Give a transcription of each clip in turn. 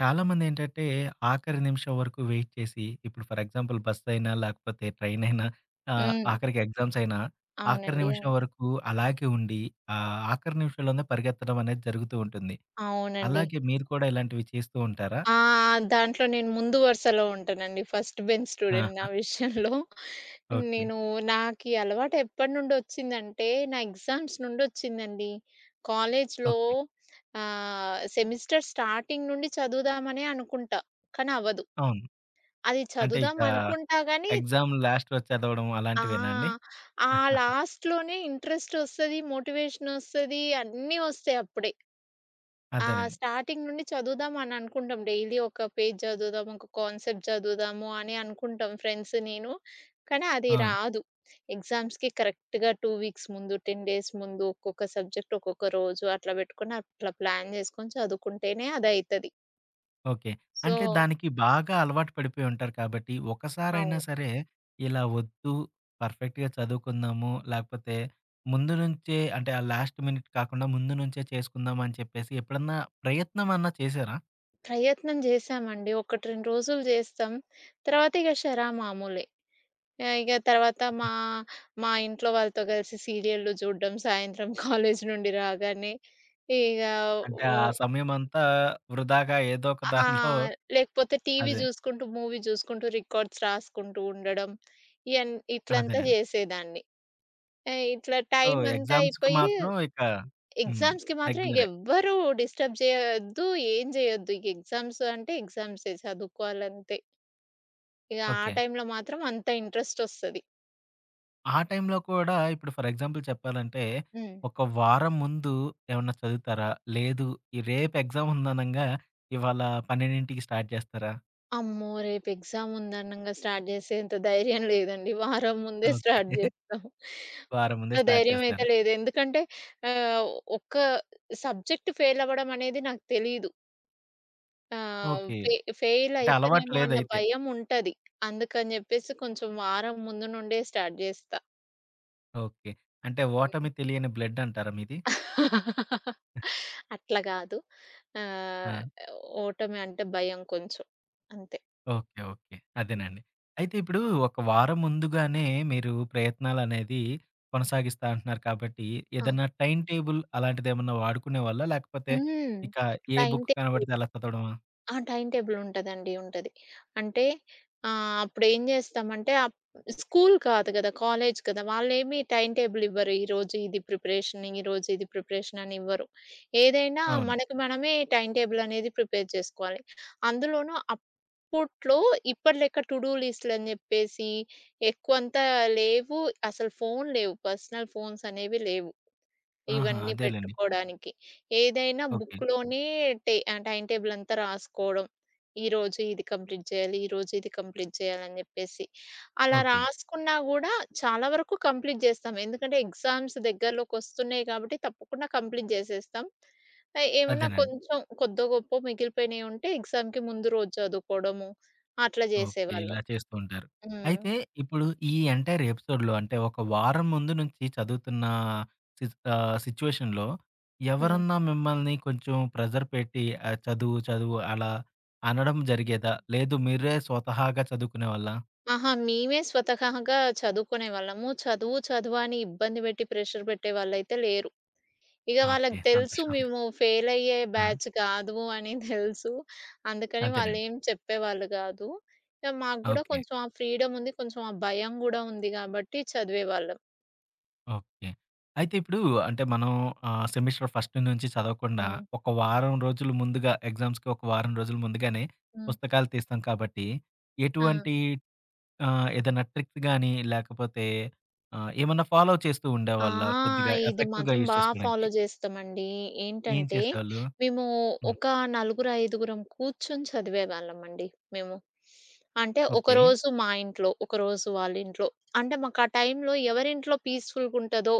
చాలామందేంటంటే, ఆఖరి నిమిషం వరకు వెయిట్ చేసి, ఇప్పుడు ఫర్ ఎగ్జాంపుల్ బస్ అయినా, లేకపోతే ట్రైన్ అయినా, హ్మ్. ఆఖరికి ఎగ్జామ్స్ అయినా, ఆఖరి అవునండి. నిమిషం అవును. వరకు అలాగే ఉండి, ఆఖరి నిమిషంలోనే పరిగెత్తడం అనేది జరుగుతూ ఉంటుంది. అవునండి. అలాగే మీరు కూడా ఇలాంటివి చేస్తూ ఉంటారా? దాంట్లో నేను ముందు వరుసలో ఉంటానండి. ఫస్ట్ బెంచ్ స్టూడెంట్ నా ఆహా! విషయంలో. ఓకే. నేను నాకీ అలవాటు ఎప్పటినుండొచ్చిందంటే, నా ఎగ్జామ్స్ నుండొచ్చిందండి. కాలేజ్‌లో ఓకే. సెమిస్టర్ స్టార్టింగ్ నుండి చదువుదామనే అనుకుంటా, కానీ అవ్వదు. అవును. అది అంటే ఇక చదువుదాం అనుకుంటా గానీ ఎగ్జామ్ లాస్ట్ వరకు చదవడం ఆ! అలాంటివేనా అండి? ఆ లాస్ట్‌లోనే ఇంట్రెస్టొస్తది, మోటివేషనొస్తది, అన్నీ ఒస్తాయి అప్పుడే. ఆ! అదేనండి. స్టార్టింగ్ నుండి చదువుదాం అని అనుకుంటాం. డైలీ ఒక పేజ్ చదువుదాం, ఒక కాన్సెప్ట్ చదువుదాము అని అనుకుంటాం ఫ్రెండ్స్ నేను. కానీ అది ఆ! రాదు. ఎగ్జామ్స్‌కి కరెక్ట్‌గా 2 వీక్స్ ముందు, 10 డేస్ ముందు ఒక్కొక్క సబ్జెక్ట్ ఒక్కొక్క రోజు అట్లా పెట్టుకొని అట్లా ప్లాన్ చేసుకొని చదువుకుంటేనే అదైతది. ఓకే. అంటే సో దానికి బాగా అలవాటు పడిపోయి ఉంటారు కాబట్టి, ఒకసారైనా అవును. సరే ఇలా వద్దు, పర్ఫెక్ట్‌గా చదువుకుందాము, లేకపోతే ముందు నుంచే, అంటే ఆ లాస్ట్ మినిట్ కాకుండా ముందు నుంచే చేసుకుందాం అని చెప్పేసి ఎప్పుడన్నా ప్రయత్నం అన్నా చేశారా? ప్రయత్నం చేశామండి. 1, 2 రోజులు చేస్తాం. తర్వాత ఇక షరా మామూలే. ఇగ తర్వాత మా ఇంట్లో వాళ్ళతో కలిసి సీరియల్‌లు చూడడం, సాయంత్రం కాలేజీ నుండి రాగానే. ఇగ అంటే ఉ ఆ సమయమంతా వృధాగా ఏదో ఒక ఆ! దానిలో లేకపోతే టీవీ అదే. చూసుకుంటూ, మూవీ చూసుకుంటూ, రికార్డ్స్ రాసుకుంటూ ఉండడం. ఇట్లంతా అదేనండి. చేసేదాన్ని. ఇట్లా సో, టైం అంతా ఎగ్జామ్స్‌కి అయిపోయి మాత్రం ఇక హ్మ్. ఎగ్జామ్స్‌కి మాత్రం ఇగ రెగ్యులరే. ఎవ్వరూ డిస్టర్బ్ చేయొద్దు, ఏం చేయొద్దు. ఇగ ఎగ్జామ్స్ అంటే ఎగ్జామ్సే చదువుకోవాలంతే. ఇగ ఆ ఓకే. టైంలో మాత్రం అంత ఇంట్రెస్ట్ ఒస్తది. ఆ టైంలో కూడా ఇప్పుడు ఫర్ ఎగ్జాంపుల్ చెప్పాలంటే, హ్మ్. ఒక వారం ముందు ఏమన్నా చదువుతారా? లేదు, ఈ రేపు ఎగ్జామ్ ఉందనంగా ఇవాళ 12కి స్టార్ట్ చేస్తారా? అమ్మో! రేపు ఎగ్జామ్ ఉందనంగా స్టార్ట్ చేసేంత ధైర్యం లేదండి. వారం ముందే ఓకే. స్టార్ట్ చేస్తాం. వారం ముందే అంత స్టార్ట్ ధైర్యం అయితే చేస్తారు. లేదు. ఎందుకంటే ఆహ్, ఒక్క సబ్జెక్ట్ ఫెయిల్ అవ్వడం అనేది నాకు తెలీదు. ఆహ్, ఓకే. ఫె ఫెయిల్ అంటే అలవాటు అయితనేమో అన్న లేదైతే. భయం ఉంటది. అందుకని చెప్పేసి కొంచెం వారం ముందు నుండే స్టార్ట్ చేస్తా. ఓకే. అంటే హ్మ్. ఓటమి తెలియని బ్లడ్ అంటారా మీది? అట్లా కాదు. ఆ! ఆహ్, ఓటమి అంటే భయం కొంచెం. అంతే. ఓకే. ఓకే. అదేనండి. అయితే ఇప్పుడు ఒక వారం ముందుగానే మీరు ప్రయత్నాలనేది కొనసాగిస్తా అంటున్నారు కాబట్టి, ఆ! ఏదన్నా టైమ్ టేబుల్ అలాంటిదేమన్నా వాడుకునేవాళ్ళా? లేకపోతే హ్మ్. ఇక ఏ టైమ్ బుక్ టేబుల్ కనబడితే అలా చదవడమా? ఆ! టైమ్ టేబుల్ ఉంటదండి. ఉంటది. అంటే అప్పుడేం జేస్తామంటే స్కూల్ కాదు గదా! కాలేజ్ కదా! వాళ్ళేమి టైమ్ టేబుల్ ఇవ్వరు. ఈరోజు ఇది ప్రిపరేషన్, ఈరోజు ఇది ప్రిపరేషన్ అని ఇవ్వరు. ఏదైనా అవును. మనకి మనమే టైమ్ టేబుల్ అనేది ప్రిపేర్ చేసుకోవాలి. అందులోనూ అప్పట్లో ఇప్పటి లెక్క టు డూ లిస్ట్‌లని జెప్పేసి ఎక్కువంతా లేవు. అసలు ఫోను లేవు. పర్సనల్ ఫోన్స్ అనేవి లేవు. ఆహా! ఇవన్నీ అదేలెండి. పెట్టుకోడానికి. ఏదైనా ఓకే. బుక్‌లోనే టైమ్ టేబుల్ అంతా రాసుకోవడం. ఈరోజు ఇది కంప్లీట్ చేయాలి, ఈరోజు ఇది కంప్లీట్ చేయాలని జెప్పేసి. అలా ఓకే. రాసుకున్నా గూడా చాలా వరకు కంప్లీట్ జేస్తాం. ఎందుకంటే ఎగ్జామ్స్ దగ్గరలోకొస్తున్నాయి కాబట్టి తప్పకుండా కంప్లీట్ జేసేస్తాం. ఏమన్నా అదేనండి. కొంచెం కొద్దో గొప్పో మిగిలిపోయినయి ఉంటే ఎగ్జామ్‌కి ముందు రోజు చదువుకోవడము అట్లా ఓకే. ఇలా జేసేవాళ్ళం. చేస్తూ ఉంటారు. హ్మ్. అయితే ఇప్పుడు ఈ ఎంటైర్ ఎపిసోడ్‌లో, అంటే ఒక వారం ముందు నుంచి చదువుతున్న సి సిట్యుయేషన్‌లో హ్మ్. ఎవరన్నా మిమ్మల్ని కొంచెం ప్రెషర్ పెట్టి, చదువు, చదువు అలా అనడం జరిగేదా? లేదు మీరే స్వతహాగా చదువుకునేవాళ్ళా? అహా! మేమే స్వతహాగా చదువుకునేవాళ్ళము. చదువు, చదువు అని ఇబ్బంది పెట్టి ప్రెషర్ పెట్టేవాళ్ళైతే లేరు. ఇగ ఓకే. వాళ్ళకి తెలుసు సంతోషం ఉంది. మేము ఫెయిల్ అయ్యే ఆ! బ్యాచ్ కాదు అని తెలుసు. అందుకని అంతేనండి. వాళ్ళేం చెప్పేవాళ్ళు గాదు. ఇగ మాకు గూడా ఓకే. కొంచెం ఆ ఫ్రీడమ్ ఉంది. కొంచెం ఆ భయం గూడా ఉంది గాబట్టి చదివేవాళ్ళం. ఓకే. అయితే ఇప్పుడు అంటే మనం సెమిస్టర్ ఫస్ట్ నుంచి చదవకుండా హ్మ్. ఒక వారం రోజులు ముందుగా ఎగ్జామ్స్‌కి ఒక వారం రోజుల ముందుగానే హ్మ్. పుస్తకాలు తీస్తాం కాబట్టి ఆ! ఎటువంటి ఆ! ఏదైనా ట్రిక్స్ గాని, లేకపోతే ఏమన్నా ఫాలో చేస్తూ ఆ! ఉండేవాళ్ళా కొద్దిగా ఇది ఎఫెక్టివ్‌గా మాత్రం యూజ్ చేసుకోవడానికి? ఫాలో జేస్తామండి. ఏం ఏంటంటే, చేసేవాళ్ళు? మేము హ్మ్. ఒక నలుగురు, ఐదుగురం కూర్చొని చదివేవాళ్ళమండి మేము. అంటే ఓకే. ఒకరోజు మా ఇంట్లో, ఒకరోజు వాళ్ళింట్లో. అంటే మాకు ఆ టైంలో ఎవరింట్లో పీస్‌ఫుల్‌గుంటదో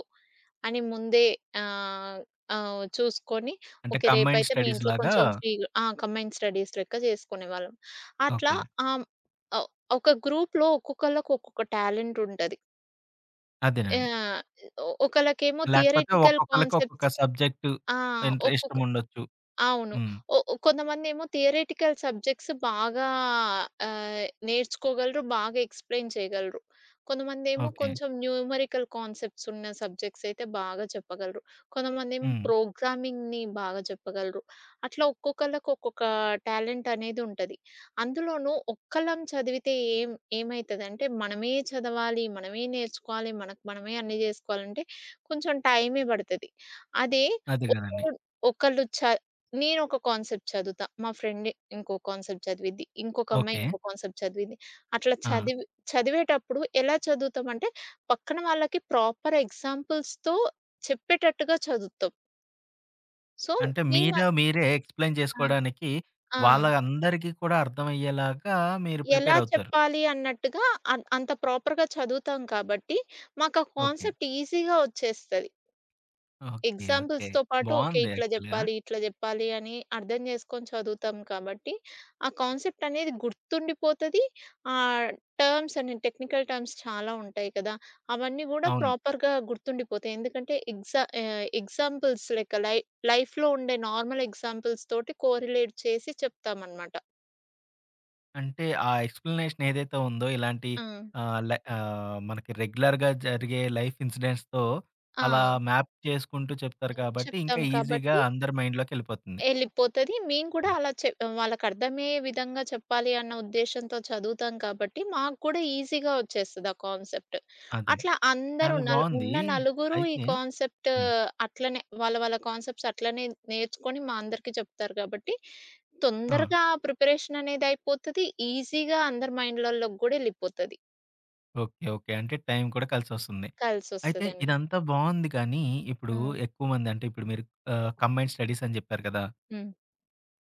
అని ముందే ఆహ్, ఆహ్, చూసుకొని, అంటే ఓకే. కంబైన్డ్ రేపైతే మీ ఇంట్లో స్టడీస్‌లాగా కొంచెం ఫ్రీగా కంబైన్డ్ స్టడీస్ లెక్క చేసుకునేవాళ్ళం. అట్లా ఓకే. ఆహ్, ఆహ్, ఒక గ్రూప్‌లో ఒక్కొక్కళ్ళకి ఒక్కొక్క టాలెంట్ ఉంటది. అదేనండి. యాహ్! ఒకళ్ళకేమో లేకపోతే థియరెటికల్ ఒక్కొక్కళ్ళకి ఒక్కొక్క కాన్సెప్ట్స్. సబ్జెక్టు ఆ! ఒక్కొ ఇష్టముండొచ్చు. అవును. హ్మ్. ఒ కొంతమందేమో థియరెటికల్ సబ్జెక్ట్స్ బాగా నేర్చుకోగలరు, బాగా ఎక్స్‌ప్లెయిన్ చేయగలరు. కొంతమందేమో ఓకే. కొంచెం న్యూమరికల్ కాన్సెప్ట్స్ ఉన్న సబ్జెక్ట్స్ అయితే బాగా చెప్పగలరు. కొంతమందేమో హ్మ్. ప్రోగ్రామింగ్‌ని బాగా చెప్పగలరు. అట్లా ఒక్కొక్కళ్ళకి ఒక్కొక్క టాలెంట్ అనేది ఉంటది. అందులోనూ ఒక్కళ్ళం చదివితే ఏమైతదంటే, మనమే చదవాలి, మనమే నేర్చుకోవాలి, మనకు మనమే అన్నీ జేసుకోవాలంటే కొంచెం టైమే బడతది. అదే అదే గదండీ. ఒకరు ఒకళ్ళు చ నేనొక కాన్సెప్ట్ చదువుతా. మా ఫ్రెండ్ ఇంకో కాన్సెప్ట్ చదివిద్ది. ఇంకొక అమ్మాయి ఓకే. ఇంకో కాన్సెప్ట్ చదివిద్ది. అట్లా ఆ! చదివేటప్పుడు ఎలా చదువుతామంటే, పక్కన వాళ్ళకి ప్రాపర్ ఎగ్జాంపుల్స్‌తో చెప్పేటట్టుగా చదువుతాం. సో, అంటే మేము మీరు మీరే ఎక్స్‌ప్లెయిన్ ఆ! జేసుకోవడానికి ఆ! వాళ్ళందరికీ కూడా అర్థమయ్యేలాగా మీరు ఎలా ప్రిపేర్ అవుతారు. చెప్పాలి అన్నట్టుగా అంత ప్రాపర్‌గా చదువుతాం కాబట్టి, మాకా ఓకే. కాన్సెప్ట్ ఈజీగా వచ్చేస్తది. ఓకే. ఓకే. ఎగ్జాంపుల్స్‌తో పాటు ఓకే. బావుంది ఇట్లా యాక్చువల్‌గా. జెప్పాలి, ఇట్లా జెప్పాలి అని అర్థం జేసుకొని చదువుతాం కాబట్టి, ఆ కాన్సెప్ట్ అనేది గుర్తుండిపోతది. ఆహ్, టర్మ్స్ అన్ని టెక్నికల్ టర్మ్స్ చాలా ఉంటాయి కదా! అవన్నీ గూడా అవును. ప్రాపర్‌గా గుర్తుండిపోతాయి. ఎందుకంటే ఎగ్జాంపుల్స్ లెక్క లైఫ్‌లో ఉండే నార్మల్ ఎగ్జాంపుల్స్ తోటి కోరిలేట్ చేసి చెప్తామనమాట. అంటే ఆ ఎక్స్‌ప్లనేషన్ ఏదైతే ఉందో ఇలాంటి ఆ! మనకి రెగ్యులర్‌గా జరిగే లైఫ్ ఇన్సిడెంట్స్‌తో అలా ఆ! మ్యాప్ చేసుకుంటూ చెప్తారు కాబట్టి, ఇంకా చెప్తాం ఈజీగా కాబట్టి అందరి మైండ్‌లోకెళ్ళిపోతుంది. ఎళ్ళిపోతది. మేము కూడా హ్మ్. అలా చె వాళ్ళకర్థమయ్యే విధంగా చెప్పాలి అన్న ఉద్దేశ్యంతో చదువుతాం కాబట్టి, మాకు కూడా ఈజీగా వచ్చేస్తది ఆ కాన్సెప్ట్. అదే. అట్లా అందరూ చాలా బావుంది. ఉన్న నలుగురు ఈ అయితే కాన్సెప్ట్ హ్మ్. అట్లనే వాళ్ళ వాళ్ళ కాన్సెప్ట్స్ అట్లనే నేర్చుకొని మా అందరికీ చెప్తారు కాబట్టి, ఆ! తొందరగా ప్రిపరేషన్ అనేది అయిపోతది. ఈజీగా అందరి మైండ్‌లలోకి కూడా ఎళ్ళిపోతది. ఓకే. ఓకే. అంటే టైం కూడా కలిసొస్తుంది. అయితే కలిసొస్తదండి. ఇదంతా బావుంది కానీ, ఇప్పుడు హ్మ్. ఎక్కువ మంది, అంటే ఇప్పుడు మీరు కంబైన్డ్ స్టడీస్ అని చెప్పారు కదా! హ్మ్.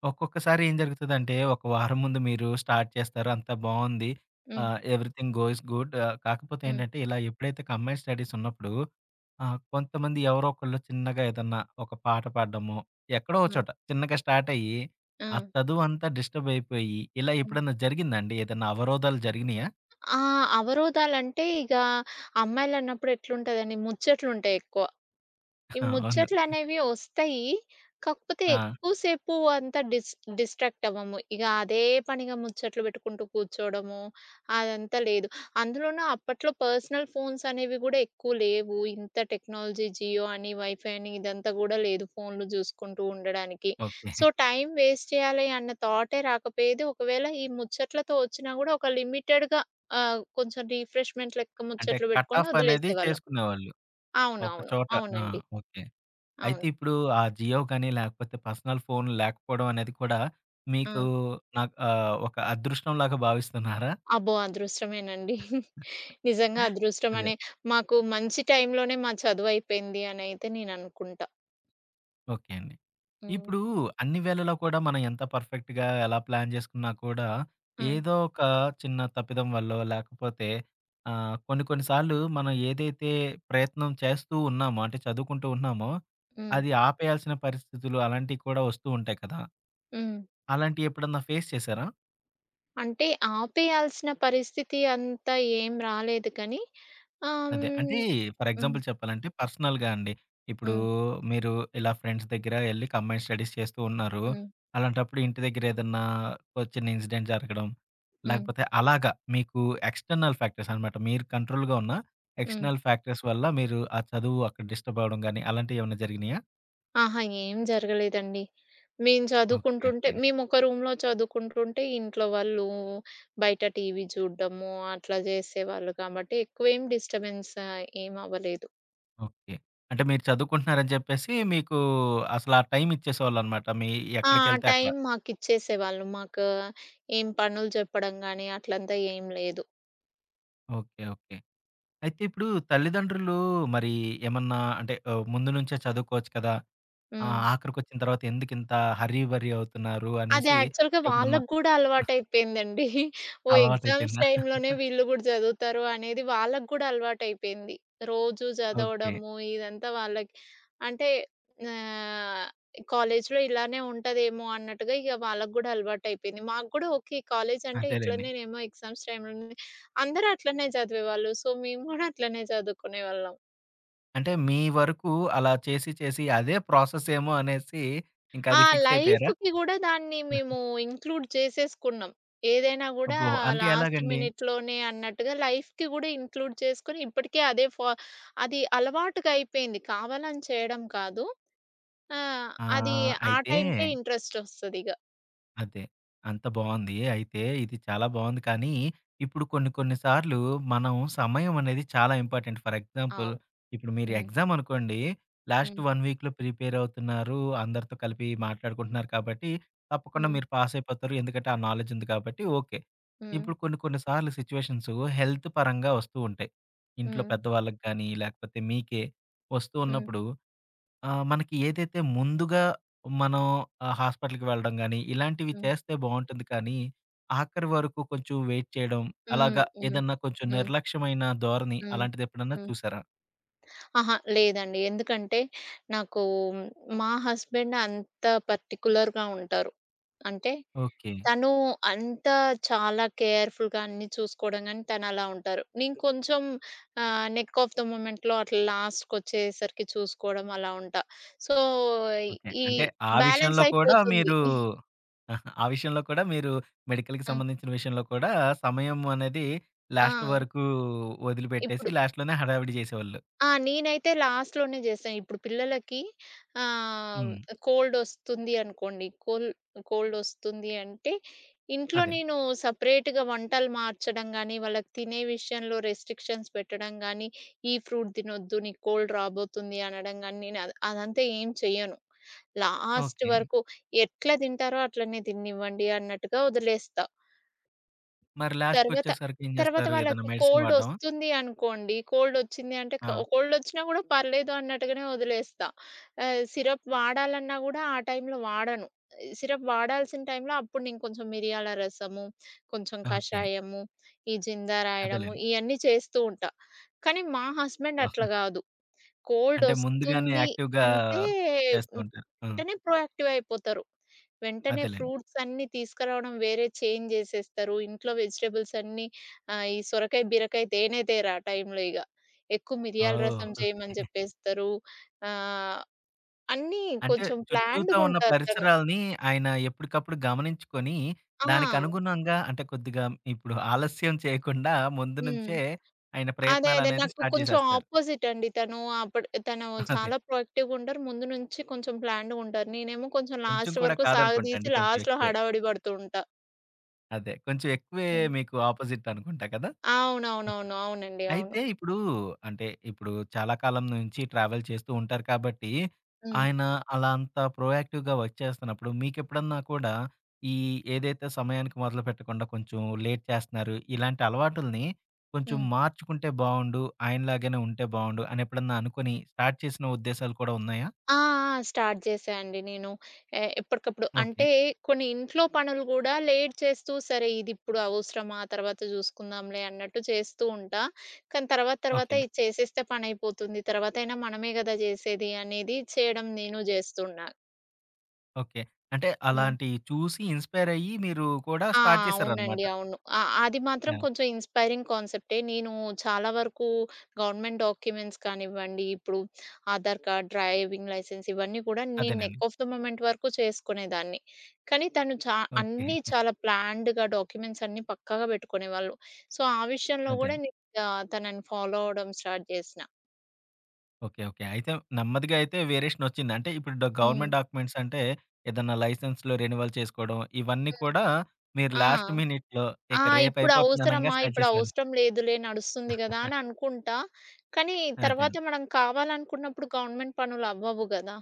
ఒక్కొక్కసారి ఏం జరుగుతదంటే, ఒక వారం ముందు మీరు స్టార్ట్ చేస్తారు. అంతా బావుంది. హ్మ్. Everything goes good. కాకపోతే హ్మ్. ఏంటంటే, ఇలా ఎప్పుడైతే కంబైన్డ్ స్టడీస్ ఉన్నప్పుడు, కొంతమంది ఎవరో ఒకళ్ళు చిన్నగా ఏదన్నా ఒక పాట పాడడమో, ఎక్కడో ఒక హ్మ్. చోట చిన్నగా స్టార్ట్ అయ్యి, ఆ! ఆ చదువంతా డిస్టర్బ్ అయిపోయి, ఇలా ఆ! ఎప్పుడన్నా జరిగిందా అండి? ఏదన్నా అవరోధాలు జరిగినాయా? ఆ! అవరోధాలంటే ఇగా అమ్మాయిలన్నప్పుడు ఎట్లుంటదండి ముచ్చట్లుంటాయి ఎక్కువ. ఈ అవును. ముచ్చట్లనేవి ఒస్తాయి. కాకపోతే ఆ! ఎక్కువ సేపు అంత డిస్ట్రాక్ట్ అవ్వము. ఇగ అదే పనిగా ముచ్చట్లు పెట్టుకుంటూ కూర్చోవడము, అదంతా లేదు. అందులోనూ అప్పట్లో పర్సనల్ ఫోన్స్ అనేవి గూడా ఎక్కువ లేవు. ఇంత టెక్నాలజీ జియో అని, వైఫై అని ఇదంతా గూడా లేదు ఫోన్లు జూసుకుంటూ ఉండడానికి. ఓకే. సో, టైం వేస్ట్ చేయాలి అన్న థాటే రాకపోయేది. ఒకవేళ ఈ ముచ్చట్లతో ఒచ్చినా గూడా ఒక లిమిటెడ్‌గా కొంచెం రిఫ్రెష్‌మెంట్ లెక్క అంటే ముచ్చట్లు కట్ బెట్టుకొని ఆఫ్ అనేది వదిలేసేవాళ్ళం. చేసుకునేవాళ్ళు. ఒక అవునవును. చోట. ఆ! అవునండి. ఓకే. అయితే అవును. ఇప్పుడు ఆ జియో గాని, లేకపోతే పర్సనల్ ఫోన్ లేకపోవడం అనేది కూడా ఆ! మీకు నాకు ఒక అదృష్టంలాగా భావిస్తున్నారా? అబ్బో! అదృష్టమేనండి. నిజంగా అదే. అదృష్టమనే మాకు మంచి టైంలోనే మా చదువయిపోయింది అనయితే నేననుకుంటా. ఓకే అండి. హ్మ్. ఇప్పుడు అన్ని వేళలా కూడా మనం ఎంత పర్ఫెక్ట్‌గా ఎలా ప్లాన్ చేసుకున్నా కూడా, హ్మ్. ఏదో ఒక చిన్న తప్పిదం వల్లో లేకపోతే కొన్ని కొన్ని సార్లు మనం ఏదైతే ప్రయత్నం చేస్తూ ఉన్నామో, అంటే చదువుకుంటూ ఉన్నామో, హ్మ్. అది ఆపేయాల్సిన పరిస్థితులు అలాంటివి కూడా వస్తూ ఉంటాయి కదా! హ్మ్. అలాంటివి ఎప్పుడన్నా ఫేస్ చేశారా? అంటే ఆపేయాల్సిన పరిస్థితి అంత ఏం రాలేదు కానీ అదే. అంటే హ్మ్. ఫర్ హ్మ్. ఎగ్జాంపుల్ చెప్పాలంటే పర్సనల్‌గా అండి. ఇప్పుడు హ్మ్. మీరు ఇలా ఫ్రెండ్స్ దగ్గర ఎళ్లి కంబైన్డ్ స్టడీస్ చేస్తూ ఉన్నారు. హ్మ్. అలాంటప్పుడు ఇంటి దగ్గర ఏదన్నా ఒక చిన్న ఇన్సిడెంట్ జరగడం, హ్మ్. లేకపోతే అలాగా మీకు ఎక్స్‌టర్నల్ ఫ్యాక్టర్స్ అనమాట. మీరు కంట్రోల్‌గా ఉన్న హ్మ్. ఎక్స్‌టర్నల్ ఫ్యాక్టర్స్ వల్ల మీరు ఆ చదువు అక్కడ డిస్టర్బ్ అవ్వడం గాని అలాంటివి ఏమైనా జరిగినాయా? అహా! ఏం జరగలేదండి. మేము ఓకే. చదువుకుంటుంటే ఓకే. మేమొక రూమ్‌లో చదువుకుంటుంటే ఇంట్లో వాళ్ళు బయట టీవీ చూడ్డము అట్లా జేసేవాళ్ళు కాబట్టి ఎక్కువేం డిస్టర్బెన్స్ ఏం అవ్వలేదు. ఓకే. అంటే మీరు చదువుకుంటున్నారని చెప్పేసి మీకు అసలు ఆ టైం ఇచ్చేసేవాళ్ళనమాట. మీ ఆ! ఆ ఎక్కడికెళ్తే అక్కడ. టైం మాకిచ్చేసేవాళ్ళు. మాకు ఏం పనులు చెప్పడం గాని అట్లంతా ఏం లేదు. ఓకే. ఓకే. అయితే ఇప్పుడు తల్లిదండ్రులు మరి ఏమన్నా అంటే ముందు నుంచే చదువుకోవచ్చు కదా! హ్మ్. ఆఖరికొచ్చిన తర్వాత ఎందుకింత హర్రీ బరీ అవుతున్నారు అది అనేసి యాక్చువల్‌గా ఎప్పుడన్నా వాళ్ళకి గూడా అలవాటయిపోయిందండి. ఎగ్జామ్స్ అలవాటయిపోయిందా? టైమ్‌లోనే వీళ్ళు గూడా చదువుతారు అనేది వాళ్ళకి గూడా అలవాటయిపోయింది. రోజు ఓకే. చదవడము ఇదంతా వాళ్ళకి అంటే ఆహ్, కాలేజ్‌లో ఇలానే ఉంటదేమో అన్నట్టుగా ఇగ వాళ్ళకి గూడా అలవాటయిపోయింది. మాకు గూడా ఓకే. కాలేజ్ అంటే అదేలెండి. ఇట్లనేనేమో ఎగ్జామ్స్ టైమ్‌లోనే అందరూ అట్లనే చదివేవాళ్ళు. సో, మేము గూడా అట్లనే చదువుకునేవాళ్ళం. అంటే మీ వరకు అలా చేసి చేసి అదే ప్రాసెస్ ఏమో అనేసి ఆ! ఇంకది ఫిక్స్ అయిపోయారా? లైఫ్‌కి గూడా దాన్ని మేము ఇంక్లూడ్ చేసేసుకున్నాం. ఏదైనా గూడా అబ్బో! అంటే లాస్ట్ ఎలాగండి? మినిట్‌లోనే అన్నట్టుగా లైఫ్‌కి గూడా ఇంక్లూడ్ చేసుకొని ఇప్పటికే అదే ఫా అది అలవాటుగా అయిపోయింది. కావాలని చేయడం కాదు. ఆ! అది ఆ అయితే టైంకే ఇంట్రెస్ట్ ఒస్తదిగ. అదే. అంత బావుంది. అయితే ఇది చాలా బావుంది. కానీ ఇప్పుడు కొన్ని కొన్ని సార్లు మనం సమయం అనేది చాలా ఇంపార్టెంట్. ఫర్ ఎగ్జాంపుల్ అవును. ఇప్పుడు మీరు హ్మ్. ఎగ్జామ్ అనుకోండి. లాస్ట్ హ్మ్. 1 వీక్‌లో ప్రిపేర్ అవుతున్నారు. అందరితో కలిపి మాట్లాడుకుంటున్నారు కాబట్టి తప్పకుండా హ్మ్. మీరు పాస్ అయిపోతారు. ఎందుకంటే ఆ నాలెడ్జ్ ఉంది కాబట్టి ఓకే. హ్మ్. ఇప్పుడు కొన్ని కొన్ని సార్లు సిట్యుయేషన్స్ హెల్త్ పరంగా వస్తూ ఉంటాయి. ఇంట్లో హ్మ్. పెద్దవాళ్ళకి గానీ లేకపోతే మీకే వస్తూ హ్మ్. ఉన్నప్పుడు, మనకి ఏదైతే ముందుగా మనం హాస్పిటల్‌కి వెళ్ళడం గాని, ఇలాంటివి హ్మ్. చేస్తే బావుంటుంది కానీ, ఆఖరి వరకు కొంచెం వెయిట్ చేయడం, హ్మ్. అలాగా హ్మ్. ఏదన్నా కొంచెం హ్మ్. నిర్లక్ష్యమైన ధోరణి హ్మ్. అలాంటిదెప్పుడన్నా హ్మ్. చూసారా? అహా! లేదండి. ఎందుకంటే నాకు మా హస్బెండ్ అంత పర్టిక్యులర్‌గా ఉంటారు. అంటే ఓకే. తను అంత చాలా కేర్‌ఫుల్‌గా అన్నీ చూసుకోవడం గాని తనలా ఉంటారు. నేను కొంచెం నెక్ ఆఫ్ ద మూమెంట్‌లో అట్లా లాస్ట్‌కొచ్చేసరికి చూసుకోవడం అలా ఉంటా. So, okay. ఈ అంటే ఆ బ్యాలెన్స్ విషయంలో కూడా అయిపోతుంది. మీరు ఆ విషయంలో కూడా మీరు మెడికల్‌కి ఆ! సంబంధించిన విషయంలో కూడా సమయం అనేది ఆ! లాస్ట్ వరకు వదిలిపెట్టేసి ఇప్పుడు లాస్ట్‌లోనే హడావిడి చేసేవాళ్ళు. నేనైతే లాస్ట్‌లోనే జేస్తాను. ఇప్పుడు పిల్లలకి ఆహ్, హ్మ్. కోల్డొస్తుంది అనుకోండి. కోల్డొస్తుంది అంటే, ఇంట్లో అదే. నేను సెపరేట్‌గా వంటలు మార్చడం గానీ, వాళ్ళకి తినే విషయంలో రెస్ట్రిక్షన్స్ పెట్టడం గానీ, ఈ ఫ్రూట్ తినొద్దు, నీకు కోల్డ్ రాబోతుంది అనడం గానీ, నేను అదంతా ఏం చెయ్యను. Last okay. వరకు ఎట్లా తింటారో అట్లనే తిననివ్వండి అన్నట్టుగా వదిలేస్తా. మరి తర్వాత, లాస్ట్‌కొచ్చేసరికి ఏం తర్వాత చేస్తారు? ఏదైనా వాళ్ళకి మెడిసిన్ వాడడమా? కోల్డొస్తుంది అనుకోండి. కోల్డొచ్చింది అంటే ఆ! కోల్డొచ్చినా గూడా పర్లేదు అన్నట్టుగానే వదిలేస్తా. సిరప్ వాడాలన్నా గూడా ఆ టైంలో వాడను. సిరప్ వాడాల్సిన టైంలో అప్పుడు నేను కొంచెం మిరియాల రసము, కొంచెం ఓకే. కషాయము, ఈ జిందా రాయడము అదేలెండి. ఇయన్నీ చేస్తూ ఉంటా. కానీ మా హస్బెండ్ ఓహో! అట్లా గాదు. అంటే ముందుగానే కోల్డొస్తుంది యాక్టివ్‌గా అంటే చేస్తూ హ్మ్. ఉంటారు. ఆ! వెంటనే ప్రొయాక్టివ్ అయిపోతారు. వెంటనే అదేలెండి. ఫ్రూట్స్ అన్నీ తీసుకురావడం వేరే చేంజ్ జేసేస్తారు. ఇంట్లో వెజిటబుల్స్ అన్నీ ఈ సొరకాయ, బీరకాయ తేనే తేరు ఆ టైంలో ఇగ. ఎక్కువ మిరియాల రసం ఓహో! చేయమని జెప్పేస్తారు. ఆహ్, అన్నీ అంటే కొంచెం చుట్టూతా ఉన్న ప్లాన్డ్‌గుంటారు తను. పరిసరాల్ని ఆయన ఎప్పటికప్పుడు గమనించుకొని, దానికి ఆ! అనుగుణంగా, అంటే కొద్దిగా ఇప్పుడు ఆలస్యం చేయకుండా ముందు హ్మ్. నుంచే ఆయన అదే. అదే. ప్రయత్నాలనేది నాకు స్టార్ట్ కొంచెం చేసేస్తారు. అపోజిట్ అండి తను. అప్పుడు తను అదే. చాలా ప్రొయాక్టివ్‌గా ఉంటారు. ముందు నుంచి కొంచెం ప్లాన్డ్‌గుంటారు. నేనేమో కొంచెం కొంచెం లాస్ట్ కూడా వరకు కాదనుకుంటా సాగదీసి అండి. కొంచెం లాస్ట్‌లో ఎక్కువే. హడావిడి పడుతూ ఉంటా. అదే. కొంచెం ఎక్కువే హ్మ్. మీకు ఆపోజిట్ అనుకుంటా కదా! అవునవునవును. అవునండి. అవును. అయితే ఇప్పుడు అంటే ఇప్పుడు చాలా కాలం నుంచి ట్రావెల్ చేస్తూ ఉంటారు కాబట్టి, హ్మ్. ఆయన అలా అంత ప్రొయాక్టివ్‌గా వర్క్ చేస్తున్నప్పుడు మీకెప్పుడన్నా కూడా ఈ ఏదైతే సమయానికి మొదలుపెట్టకుండా కొంచెం లేట్ చేస్తున్నారు, ఇలాంటి అలవాటుల్ని కొంచెం హ్మ్. మార్చుకుంటే బావుండు, ఆయనలాగానే ఉంటే బావుండు అని ఎప్పుడన్నా అనుకోని స్టార్ట్ చేసిన ఉద్దేశాలు కూడా ఉన్నాయా? ఆ! స్టార్ట్ చేశా అండి నేను. ఎప్పటికప్పుడు ఓకే. అంటే కొన్ని ఇంట్లో పనులు గూడా లేట్ చేస్తూ సరే ఇదిప్పుడు అవసరమా? తర్వాత చూసుకుందాంలే అన్నట్టు చేస్తూ ఉంటా. కానీ తర్వాత తర్వాత ఓకే. ఇది చేసేస్తే పనయిపోతుంది. తర్వాతైనా మనమే గదా! చేసేది అనేది చేయడం నేను చేస్తున్నా. ఓకే. అంటే హ్మ్. అలాంటియి చూసి ఇన్‌స్పైర్ అయ్యి మీరు కూడా ఆ! స్టార్ట్ చేశారనమాట. అవునండి. అవును. అది మాత్రం యాహ్! కొంచెం ఇన్‌స్పైరింగ్ కాన్సెప్టే. నేను చాలా వరకు గవర్నమెంట్ డాక్యుమెంట్స్ కానివ్వండి, ఇప్పుడు ఆధార్ కార్డ్, డ్రైవింగ్ లైసెన్స్ ఇవన్నీ కూడా నేను నెక్ అదేనండి. ఆఫ్ ద మొమెంట్ వరకు చేసుకునేదాన్ని. కానీ తను ఓకే. అన్నీ చాలా ప్లాన్డ్‌గా డాక్యుమెంట్స్ అన్నీ పక్కాగా పెట్టుకునేవాళ్ళు. సో, ఆ విషయంలో అదే. గూడా నేను తనని ఫాలో అవ్వడం స్టార్ట్ చేసిన. ఓకే. ఓకే. అయితే నెమ్మదిగా అయితే వేరియేషనొచ్చింది. అంటే ఇప్పుడు హ్మ్. గవర్నమెంట్ డాక్యుమెంట్స్ అంటే ఏదన్నా లైసెన్స్‌లు రెన్యువల్ చేసుకోవడం ఇవన్నీ కూడా హ్మ్. మీరు ఆ! లాస్ట్ మినిట్‌లో ఆ! ఇక రేపయిపోతుంది అనంగా ఇప్పుడవసరమా? స్టార్ట్ చేసేవాళ్ళు. ఇప్పుడవసరం లేదులే నడుస్తుంది గదా! అని అనుకుంటా. కానీ తర్వాత అదేను. మనం కావాలనుకున్నప్పుడు గవర్నమెంట్ పనులవ్వవు గదా!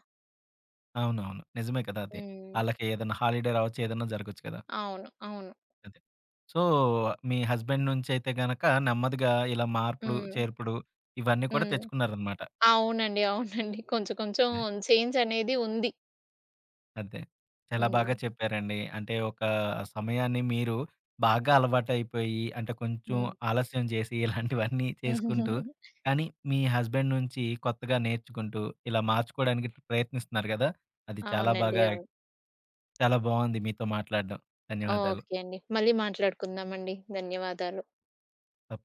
అవునవును. నిజమే కదా! అది. హ్మ్. ఆళ్ళకి ఏదన్నా హాలిడే రావచ్చు. ఏదన్నా జరగొచ్చు కదా! అవును. అవును. అదే. సో, మీ హస్బెండ్ నుంచయితే గనక నెమ్మదిగా ఇలా మార్పుడు, హ్మ్. చేర్పుడు ఇవన్నీ కూడా హ్మ్. తెచ్చుకున్నారనమాట. అవునండి. అవునండి. కొంచెం కొంచెం చేంజ్ అనేది ఉంది. అదే. చాలా హ్మ్. బాగా చెప్పారండి. అంటే ఒక సమయాన్ని మీరు బాగా అలవాటైపోయి, అంటే కొంచెం హ్మ్. ఆలస్యం చేసి ఇలాంటివన్నీ చేసుకుంటూ, కానీ మీ హస్బెండ్ నుంచి కొత్తగా నేర్చుకుంటూ ఇలా మార్చుకోవడానికి ప్రయత్నిస్తున్నారు కదా! అది చాలా అవునండి. బాగా అవును. చాలా బావుంది మీతో మాట్లాడడం. ధన్యవాదాలు. ఓకే అండి. మళ్ళీ మాట్లాడుకుందామండి. ధన్యవాదాలు. తప్